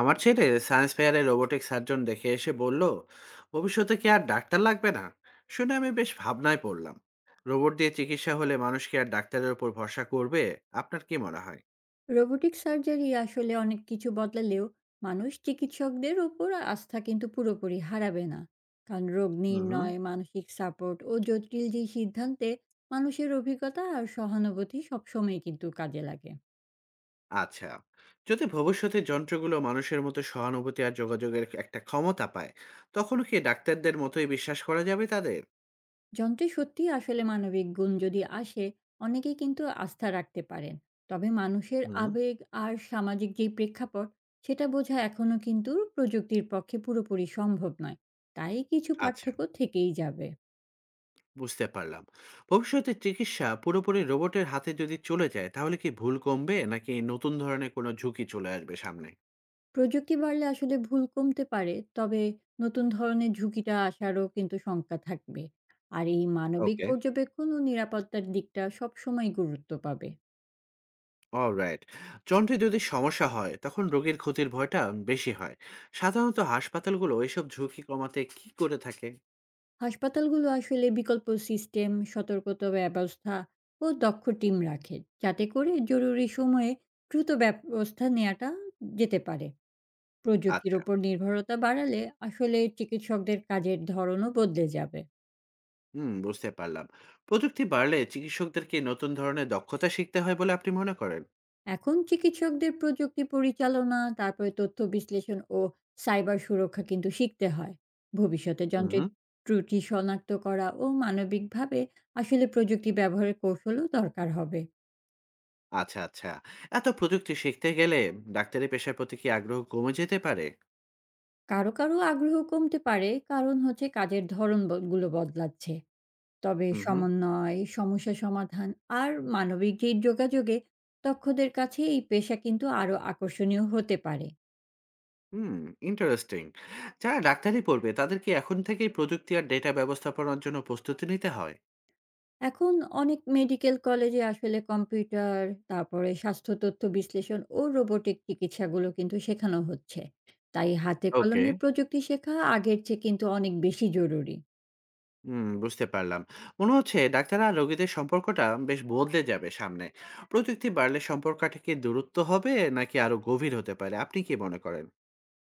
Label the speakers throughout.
Speaker 1: আমার ছেলে science ফেয়ারে robotic surgeon দেখে এসে বলল, ভবিষ্যতে কি আর ডাক্তার লাগবে না? শুনে আমি বেশ ভাবনায় পড়লাম। রোবট দিয়ে চিকিৎসা হলে মানুষ কি আর ডাক্তারের উপর ভরসা করবে? আপনার কি মনে হয়?
Speaker 2: রোবোটিক সার্জারি আসলে অনেক কিছু বদলালেও মানুষ চিকিৎসকদের ওপর আস্থা কিন্তু পুরোপুরি হারাবে না। কারণ রোগ
Speaker 1: হুম, হুম।
Speaker 2: নির্ণয়, মানসিক সাপোর্ট ও জটিল যে সিদ্ধান্তে মানুষের অভিজ্ঞতা আর সহানুভূতি সবসময় কিন্তু কাজে লাগে।
Speaker 1: আচ্ছা, যদি ভবিষ্যতে যন্ত্রগুলো মানুষের মতো সহানুভূতি আর যোগাযোগের একটা ক্ষমতা পায়, তখন কি ডাক্তারদের মতোই বিশ্বাস করা যাবে তাদের?
Speaker 2: যন্ত্রে সত্যি আসলে মানবিক গুণ যদি আসে, অনেকেই কিন্তু আস্থা রাখতে পারেন। তবে মানুষের
Speaker 1: হুম।
Speaker 2: আবেগ আর সামাজিক যে প্রেক্ষাপট, সেটা বোঝা এখনও কিন্তু প্রযুক্তির পক্ষে পুরোপুরি সম্ভব নয়। তাই কিছু
Speaker 1: আচ্ছা,
Speaker 2: পার্থক্য থেকেই যাবে।
Speaker 1: বুঝতে পারলাম। ভবিষ্যতে চিকিৎসা পুরোপুরি রোবটের হাতে যদি চলে যায়, তাহলে কি ভুল কমবে? নাকি নতুন ধরনের কোনো ঝুঁকি চলে আসবে সামনে?
Speaker 2: প্রযুক্তি বাড়লে আসলে ভুল কমতে পারে, তবে নতুন ধরনের ঝুঁকিটা আসারও কিন্তু শঙ্কা থাকবে। আর এই মানবিক
Speaker 1: ওকে।
Speaker 2: পর্যবেক্ষণ ও নিরাপত্তার দিকটা সবসময় গুরুত্ব পাবে।
Speaker 1: অলরাইট। যন্ত্রে যদি সমস্যা হয়, তখন রোগীর ক্ষতির ভয়টা বেশি হয়। সাধারণত হাসপাতালগুলো এসব ঝুঁকি কমাতে কি করে থাকে?
Speaker 2: হাসপাতালগুলো আসলে বিকল্প সিস্টেম, সতর্কতা ব্যবস্থা ও দক্ষ টিম রাখে, যাতে করে জরুরি সময়ে দ্রুত ব্যবস্থা নেওয়াটা যেতে পারে। প্রযুক্তির
Speaker 1: আচ্ছা।
Speaker 2: ওপর নির্ভরতা বাড়ালে আসলে চিকিৎসকদের কাজের ধরনও বদলে যাবে।
Speaker 1: হুম, বুঝতে পারলাম। প্রযুক্তি বাড়লে চিকিৎসকদের কি নতুন ধরনের দক্ষতা শিখতে হয় বলে আপনি মনে করেন?
Speaker 2: এখন চিকিৎসকদের প্রযুক্তি পরিচালনা, তারপরে তথ্য বিশ্লেষণ ও সাইবার সুরক্ষা কিন্তু শিখতে হয়। ভবিষ্যতে
Speaker 1: হুম,
Speaker 2: যন্ত্রের
Speaker 1: হুম।
Speaker 2: ত্রুটি শনাক্ত করা ও মানবিকভাবে আসলে প্রযুক্তি ব্যবহারের কৌশলও দরকার হবে।
Speaker 1: আচ্ছা, আচ্ছা। এত প্রযুক্তি শিখতে গেলে ডাক্তারি পেশার প্রতি কি আগ্রহ কমে যেতে পারে?
Speaker 2: কারো কারো আগ্রহ কমতে পারে, কারণ হচ্ছে কাজের ধরন ব- গুলো বদলাচ্ছে। তবে
Speaker 1: হুম, হুম।
Speaker 2: সমন্বয়, সমস্যা সমাধান আর মানবিক যে যোগাযোগে দক্ষদের কাছে এই পেশা কিন্তু আরো আকর্ষণীয় হতে পারে।
Speaker 1: Hmm, interesting. যারা ডাক্তারি পড়বে তাদের কি এখন থেকেই প্রযুক্তি আর ডেটা ব্যবস্থাপনার জন্য প্রস্তুতি নিতে হয়?
Speaker 2: এখন অনেক মেডিকেল কলেজে আসলে কম্পিউটার, তারপরে স্বাস্থ্য তথ্য বিশ্লেষণ ও রোবটিক চিকিৎসাগুলো কিন্তু শেখানো হচ্ছে। তাই হাতে
Speaker 1: ওকে।
Speaker 2: কলমে প্রযুক্তি শেখা আগের চেয়ে কিন্তু অনেক বেশি জরুরি।
Speaker 1: হুম, বুঝতে পারলাম। মনে হচ্ছে ডাক্তার আর রোগীদের সম্পর্কটা বেশ বদলে যাবে সামনে। প্রযুক্তি বাড়লে সম্পর্কটা কি দূরত্ব হবে নাকি আরো গভীর হতে পারে? আপনি কি মনে করেন?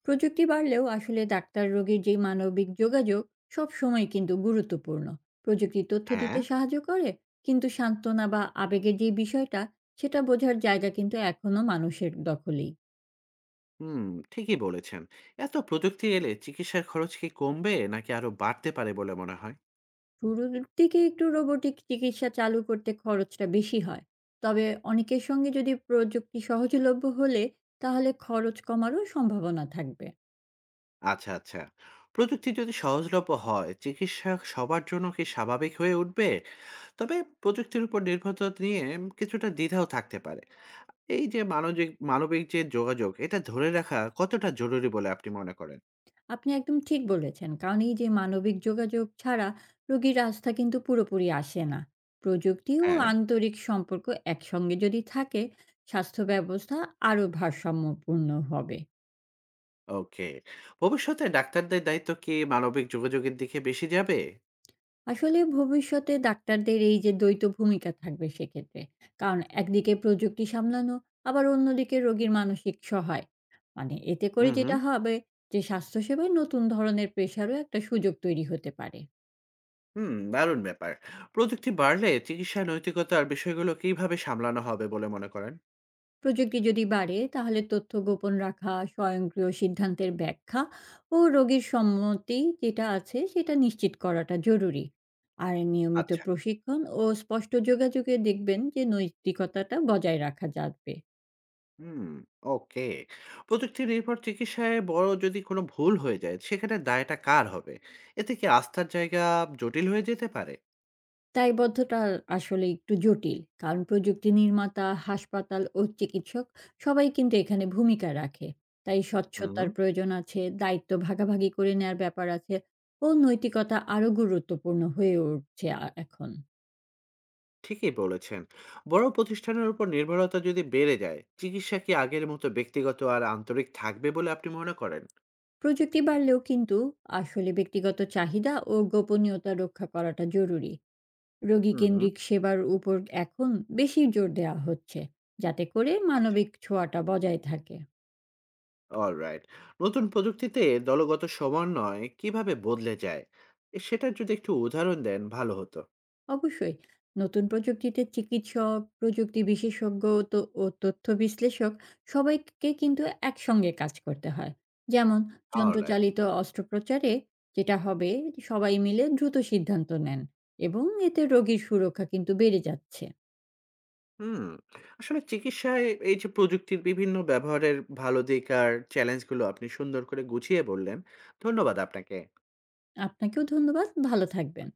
Speaker 2: প্রযুক্তি বাড়লেও আসলে ডাক্তার রোগীর যে মানবিক যোগাযোগ সবসময় কিন্তু গুরুত্বপূর্ণ। প্রযুক্তি তথ্য
Speaker 1: হ্যাঁ।
Speaker 2: দিতে সাহায্য করে, কিন্তু সান্ত্বনা বা আবেগের যে বিষয়টা, সেটা বোঝার জায়গা কিন্তু এখনো মানুষের দখলেই।
Speaker 1: হুম, ঠিকই বলেছেন। এত প্রযুক্তি এলে চিকিৎসার খরচ কি কমবে নাকি আরো বাড়তে পারে বলে মনে হয়?
Speaker 2: শুরুর দিকে একটু রোবটিক চিকিৎসা চালু করতে খরচটা বেশি হয়। তবে অনেকের সঙ্গে যদি প্রযুক্তি সহজলভ্য হলে, তাহলে খরচ কমারও সম্ভাবনা থাকবে।
Speaker 1: আচ্ছা, আচ্ছা। প্রযুক্তি যদি সহজলভ্য হয়, চিকিৎসা সবার জন্য কি স্বাভাবিক হয়ে উঠবে? তবে প্রযুক্তির উপর নির্ভরতা নিয়ে কিছুটা দ্বিধাও থাকতে পারে। এই যে মানবিক মানবিক যে যোগাযোগ, এটা ধরে রাখা কতটা জরুরি বলে আপনি মনে করেন?
Speaker 2: আপনি একদম ঠিক বলেছেন। কারণ এই যে মানবিক যোগাযোগ ছাড়া রোগীর আস্থা কিন্তু পুরোপুরি আসে না। প্রযুক্তি ও
Speaker 1: হ্যাঁ।
Speaker 2: আন্তরিক সম্পর্ক একসঙ্গে যদি থাকে, স্বাস্থ্য ব্যবস্থা আরও ভারসাম্যপূর্ণ হবে।
Speaker 1: ওকে। ভবিষ্যতে ডাক্তারদের দায়িত্ব কি মানবিক যোগাযোগের দিকে বেশি যাবে?
Speaker 2: আসলে ভবিষ্যতে ডাক্তারদের এই যে দ্বৈত ভূমিকা থাকবে সেক্ষেত্রে। কারণ একদিকে প্রযুক্তি সামলানো, আবার অন্যদিকে রোগীর মানসিক সহায়। মানে এতে করে
Speaker 1: হুম, হুম।
Speaker 2: যেটা হবে, যে স্বাস্থ্যসেবায় নতুন ধরনের পেশারও একটা সুযোগ তৈরি হতে পারে।
Speaker 1: হুম, দারুণ ব্যাপার। প্রযুক্তি বাড়লে চিকিৎসা নৈতিকতার বিষয়গুলো কিভাবে সামলানো হবে বলে মনে করেন?
Speaker 2: প্রযুক্তি যদি বাড়ে, তাহলে তথ্য গোপন রাখা, স্বয়ংক্রিয় সিদ্ধান্তের ব্যাখ্যা ও রোগীর সম্মতি যেটা আছে সেটা নিশ্চিত করাটা জরুরি। আর নিয়মিত
Speaker 1: আচ্ছা।
Speaker 2: প্রশিক্ষণ ও স্পষ্ট যোগাযোগে দেখবেন যে নৈতিকতাটা বজায় রাখা যাবে।
Speaker 1: হুম, ওকে। প্রযুক্তি নির্ভর চিকিৎসায় বড় যদি কোনো ভুল হয়ে যায়, সেখানে দায়টা কার হবে? এতে কি আস্থার জায়গা জটিল হয়ে যেতে পারে?
Speaker 2: দায়বদ্ধতা আসলে একটু জটিল। কারণ প্রযুক্তি নির্মাতা, হাসপাতাল ও চিকিৎসক সবাই কিন্তু এখানে ভূমিকা রাখে। তাই
Speaker 1: হুম।
Speaker 2: স্বচ্ছতার প্রয়োজন আছে, দায়িত্ব ভাগাভাগি করে নেয়ার ব্যাপার আছে ও নৈতিকতা আরও গুরুত্বপূর্ণ হয়ে উঠছে এখন।
Speaker 1: ঠিকই বলেছেন। বড় প্রতিষ্ঠানের উপর নির্ভরতা যদি বেড়ে যায়, চিকিৎসা কি আগের মতো ব্যক্তিগত আর আন্তরিক থাকবে বলে আপনি মনে করেন?
Speaker 2: প্রযুক্তি বাড়লেও কিন্তু আসলে ব্যক্তিগত চাহিদা ও গোপনীয়তা রক্ষা করাটা জরুরি।
Speaker 1: হুম।
Speaker 2: রোগীকেন্দ্রিক সেবার উপর এখন বেশি জোর দেয়া হচ্ছে, যাতে করে
Speaker 1: আচ্ছা,
Speaker 2: মানবিক ছোঁয়াটা বজায় থাকে।
Speaker 1: অলরাইট। নতুন প্রযুক্তিতে দলগত সমন্বয় কিভাবে বদলে যায়? এ সেটার যদি একটু উদাহরণ দেন ভালো হতো।
Speaker 2: অবশ্যই। নতুন প্রযুক্তিতে চিকিৎসক, প্রযুক্তি বিশেষজ্ঞ ও তথ্য বিশ্লেষক সবাইকে কিন্তু একসঙ্গে কাজ করতে হয়। যেমন
Speaker 1: অলরাইট।
Speaker 2: যন্ত্রচালিত অস্ত্রোপচারে যেটা হবে, সবাই মিলে দ্রুত সিদ্ধান্ত নেন এবং এতে রোগীর সুরক্ষা কিন্তু বেড়ে যাচ্ছে।
Speaker 1: হুম, আসলে চিকিৎসায় এই যে প্রযুক্তির বিভিন্ন ব্যবহারের ভালো দিক আর চ্যালেঞ্জগুলো আপনি সুন্দর করে গুছিয়ে বললেন। ধন্যবাদ আপনাকে।
Speaker 2: আপনাকেও ধন্যবাদ। ভালো থাকবেন।